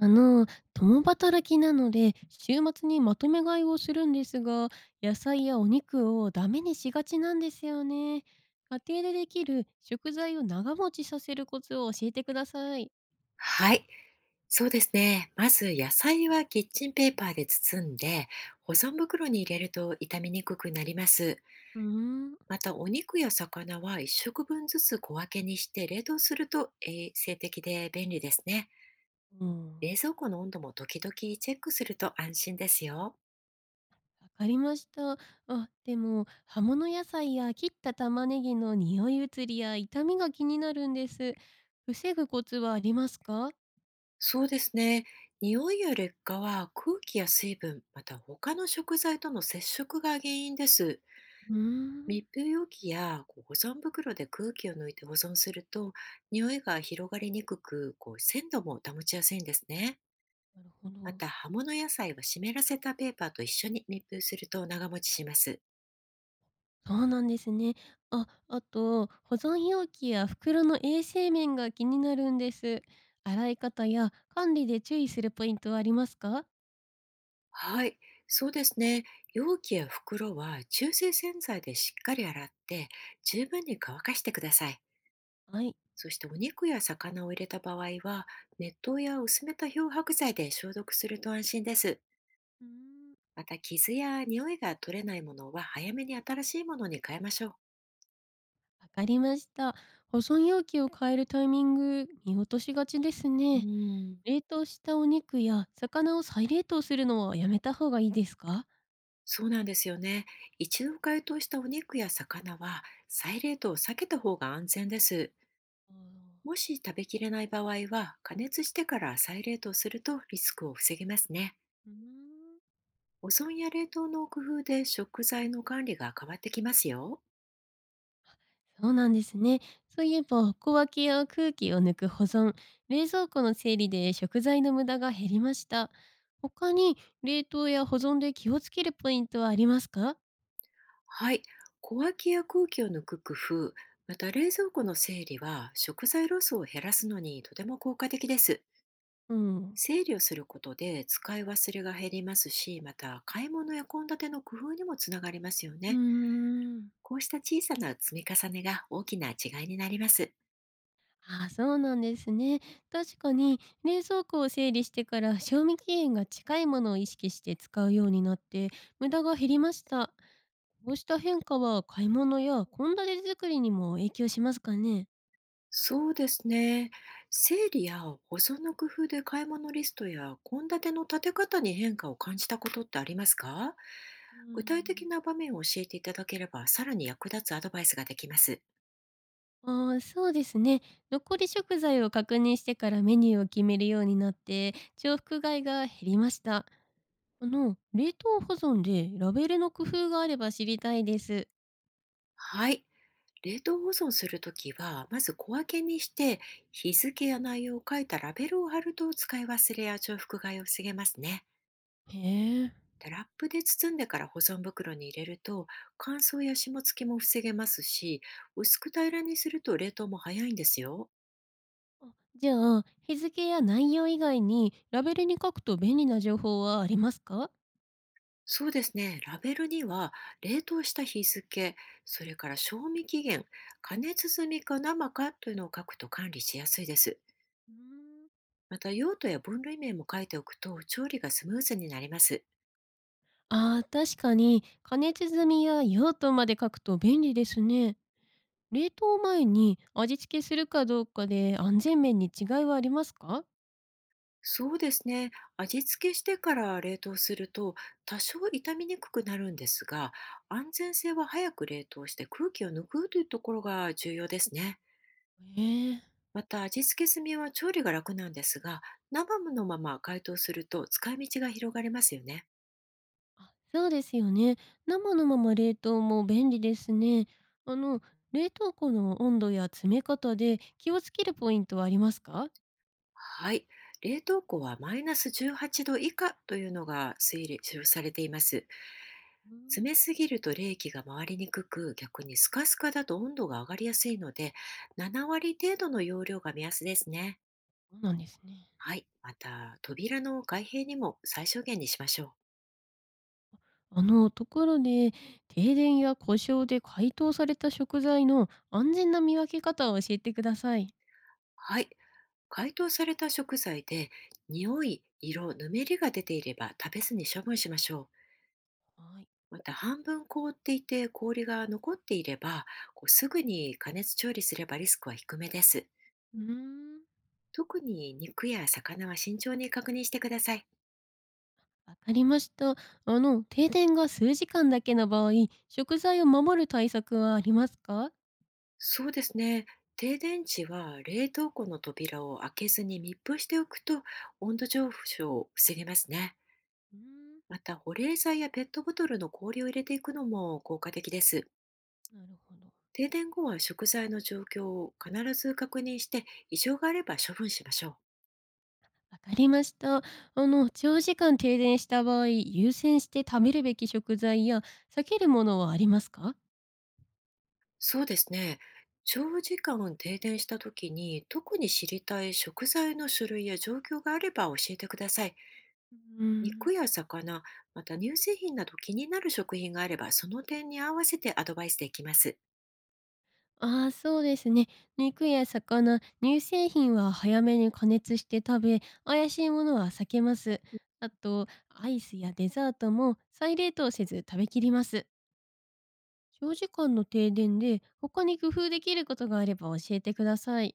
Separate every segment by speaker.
Speaker 1: あの、共働きなので、週末にまとめ買いをするんですが、野菜やお肉をダメにしがちなんですよね。家庭でできる食材を長持ちさせるコツを教えてください。
Speaker 2: はい、そうですね。まず野菜はキッチンペーパーで包んで、保存袋に入れると傷みにくくなります。
Speaker 1: うーん、
Speaker 2: またお肉や魚は1食分ずつ小分けにして冷凍すると衛生的で便利ですね。
Speaker 1: うん、
Speaker 2: 冷蔵庫の温度も時々チェックすると安心ですよ。
Speaker 1: わかりました。あ、でも、葉物野菜や切った玉ねぎの匂い移りや痛みが気になるんです。防ぐコツはありますか？
Speaker 2: そうですね。匂いや劣化は空気や水分、また他の食材との接触が原因です。
Speaker 1: うーん、
Speaker 2: 密封容器や保存袋で空気を抜いて保存すると匂いが広がりにくく、鮮度も保ちやすいんですね。
Speaker 1: なるほ
Speaker 2: ま
Speaker 1: ど。
Speaker 2: た葉物野菜は湿らせたペーパーと一緒に密封すると長持ちします。
Speaker 1: そうなんですね。あ、あと、保存容器や袋の衛生面が気になるんです。洗い方や管理で注意するポイントはありますか？
Speaker 2: はい、そうですね。容器や袋は中性洗剤でしっかり洗って、十分に乾かしてください。
Speaker 1: はい。
Speaker 2: そしてお肉や魚を入れた場合は、熱湯や薄めた漂白剤で消毒すると安心です。
Speaker 1: うーん、
Speaker 2: また傷や匂いが取れないものは、早めに新しいものに変えましょ
Speaker 1: わかりました。保存容器を変えるタイミング、見落としがちです
Speaker 2: う。う
Speaker 1: ね。
Speaker 2: ん。
Speaker 1: 冷凍したお肉や魚を再冷凍するのはやめた方がいいですか？
Speaker 2: そうなんですよね。一度解凍したお肉や魚は再冷凍を避けた方が安全です。
Speaker 1: あ
Speaker 2: も
Speaker 1: ー、
Speaker 2: し食べきれない場合は、加熱してから再冷凍するとリスクを防げますね。
Speaker 1: うーん
Speaker 2: 保存や冷凍の工夫で食材の管理が変わってきますよ。
Speaker 1: そうなんですね。そういえば、小分けや空気を抜く保存、冷蔵庫の整理で食材の無駄が減りました。他に冷凍や保存で気をつけるポイントはありますか？
Speaker 2: はい。小脇や空気を抜く工夫、また冷蔵庫の整理は、食材ロスを減らすのにとても効果的です。
Speaker 1: うん。
Speaker 2: 整理をすることで使い忘れが減りますし、また買い物や献立の工夫にもつながりますよ
Speaker 1: うー
Speaker 2: ね。
Speaker 1: ん。
Speaker 2: こうした小さな積み重ねが大きな違いになります。
Speaker 1: あ、そうなんですね。確かに冷蔵庫を整理してから賞味期限が近いものを意識して使うようになって無駄が減りました。こうした変化は買い物や献立作りにも影響しますかね？
Speaker 2: そうですね。整理や保存の工夫で、買い物リストや献立の立て方に変化を感じたことってありますか？
Speaker 1: う
Speaker 2: 具体的
Speaker 1: ん。
Speaker 2: な場面を教えていただければ、さらに役立つアドバイスができます。
Speaker 1: ああ、そうですね。残り食材を確認してからメニューを決めるようになって、重複買いが減りました。冷凍保存でラベルの工夫があれば知りたいです。
Speaker 2: はい。冷凍保存するときは、まず小分けにして、日付や内容を書いたラベルを貼ると使い忘れや重複買いを防げますね。
Speaker 1: へえ。
Speaker 2: でラップで包んでから保存袋に入れると、乾燥や霜付きも防げますし、薄く平らにすると冷凍も早いんですよ。
Speaker 1: あ、じゃあ、日付や内容以外にラベルに書くと便利な情報はありますか？
Speaker 2: そうですね。ラベルには、冷凍した日付、それから賞味期限、加熱済みか生かというのを書くと管理しやすいです。
Speaker 1: うーん
Speaker 2: また用途や分類名も書いておくと、調理がスムーズになります。
Speaker 1: ああ、確かに、加熱済みや用途まで書くと便利ですね。冷凍前に味付けするかどうかで安全面に違いはありますか？
Speaker 2: そうですね。味付けしてから冷凍すると多少傷みにくくなるんですが、安全性は、早く冷凍して空気を抜くというところが重要ですね。
Speaker 1: へえ。
Speaker 2: また味付け済みは調理が楽なんですが、生のまま解凍すると使い道が広がりますよね。
Speaker 1: あ、そうですよね。生のまま冷凍も便利ですね。あの、冷凍庫の温度や詰め方で気をつけるポイントはありますか？
Speaker 2: はい。冷凍庫はマイナス18度以下というのが推理されています。
Speaker 1: うん、
Speaker 2: 詰めすぎると冷気が回りにくく、逆にスカスカだと温度が上がりやすいので、7割程度の容量が目安ですね。
Speaker 1: そうなんですね。
Speaker 2: はい。また、扉の開閉にも最小限にしましょう。
Speaker 1: あの、ところで、停電や故障で解凍された食材の安全な見分け方を教えてください。
Speaker 2: はい。解凍された食材で、匂い、色、ぬめりが出ていれば、食べずに処分しましょ
Speaker 1: はい。
Speaker 2: う。また、半分凍っていて氷が残っていれば、すぐに加熱調理すればリスクは低めです。
Speaker 1: うーん、
Speaker 2: 特に肉や魚は慎重に確認してください。
Speaker 1: わかりました。あの、停電が数時間だけの場合、食材を守る対策はありますか？
Speaker 2: そうですね。停電時は冷凍庫の扉を開けずに密封しておくと、温度上昇を防げますね。
Speaker 1: うーん、
Speaker 2: また保冷剤やペットボトルの氷を入れていくのも効果的です。
Speaker 1: なるほど。
Speaker 2: 停電後は食材の状況を必ず確認して、異常があれば処分しましょう。
Speaker 1: わかりました。あの、長時間停電した場合、優先して食べるべき食材や避けるものはありますか？
Speaker 2: そうですね。長時間停電した時に特に知りたい食材の種類や状況があれば、教えてください。
Speaker 1: うーん
Speaker 2: 肉や魚、また乳製品など気になる食品があれば、その点に合わせてアドバイスできます。
Speaker 1: ああ、そうですね。肉や魚、乳製品は早めに加熱して食べ、怪しいものは避けます。あと、アイスやデザートも再冷凍せず食べきります。長時間の停電で他に工夫できることがあれば教えてください。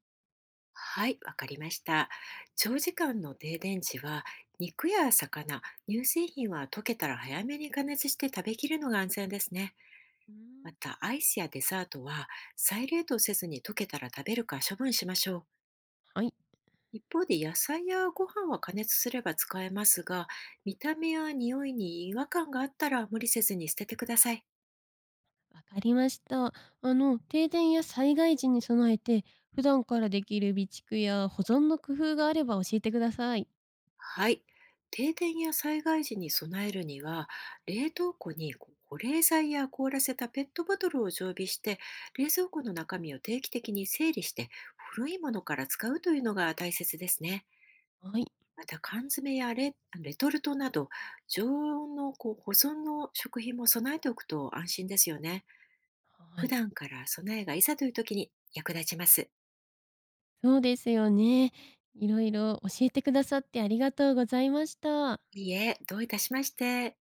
Speaker 2: はい、わかりました。長時間の停電時は、肉や魚、乳製品は溶けたら早めに加熱して食べきるのが安全ですね。
Speaker 1: う
Speaker 2: ま
Speaker 1: ん、
Speaker 2: た、アイスやデザートは、再冷凍せずに溶けたら食べるか処分しましょう。
Speaker 1: はい。
Speaker 2: 一方で野菜やご飯は加熱すれば使えますが、見た目や匂いに違和感があったら無理せずに捨ててください。
Speaker 1: わかりました。あの、停電や災害時に備えて、普段からできる備蓄や保存の工夫があれば教えてください。
Speaker 2: はい。停電や災害時に備えるには、冷凍庫に保冷剤や凍らせたペットボトルを常備して、冷蔵庫の中身を定期的に整理して、古いものから使うというのが大切ですね。
Speaker 1: はい。
Speaker 2: また、缶詰やレトルトなど、常温の保存の食品も備えておくと安心ですよね。
Speaker 1: は
Speaker 2: 普
Speaker 1: い。
Speaker 2: 段から備えがいざという時に役立ちます。
Speaker 1: そうですよね。いろいろ教えてくださってありがとうございました。
Speaker 2: いいえ、どういたしまして。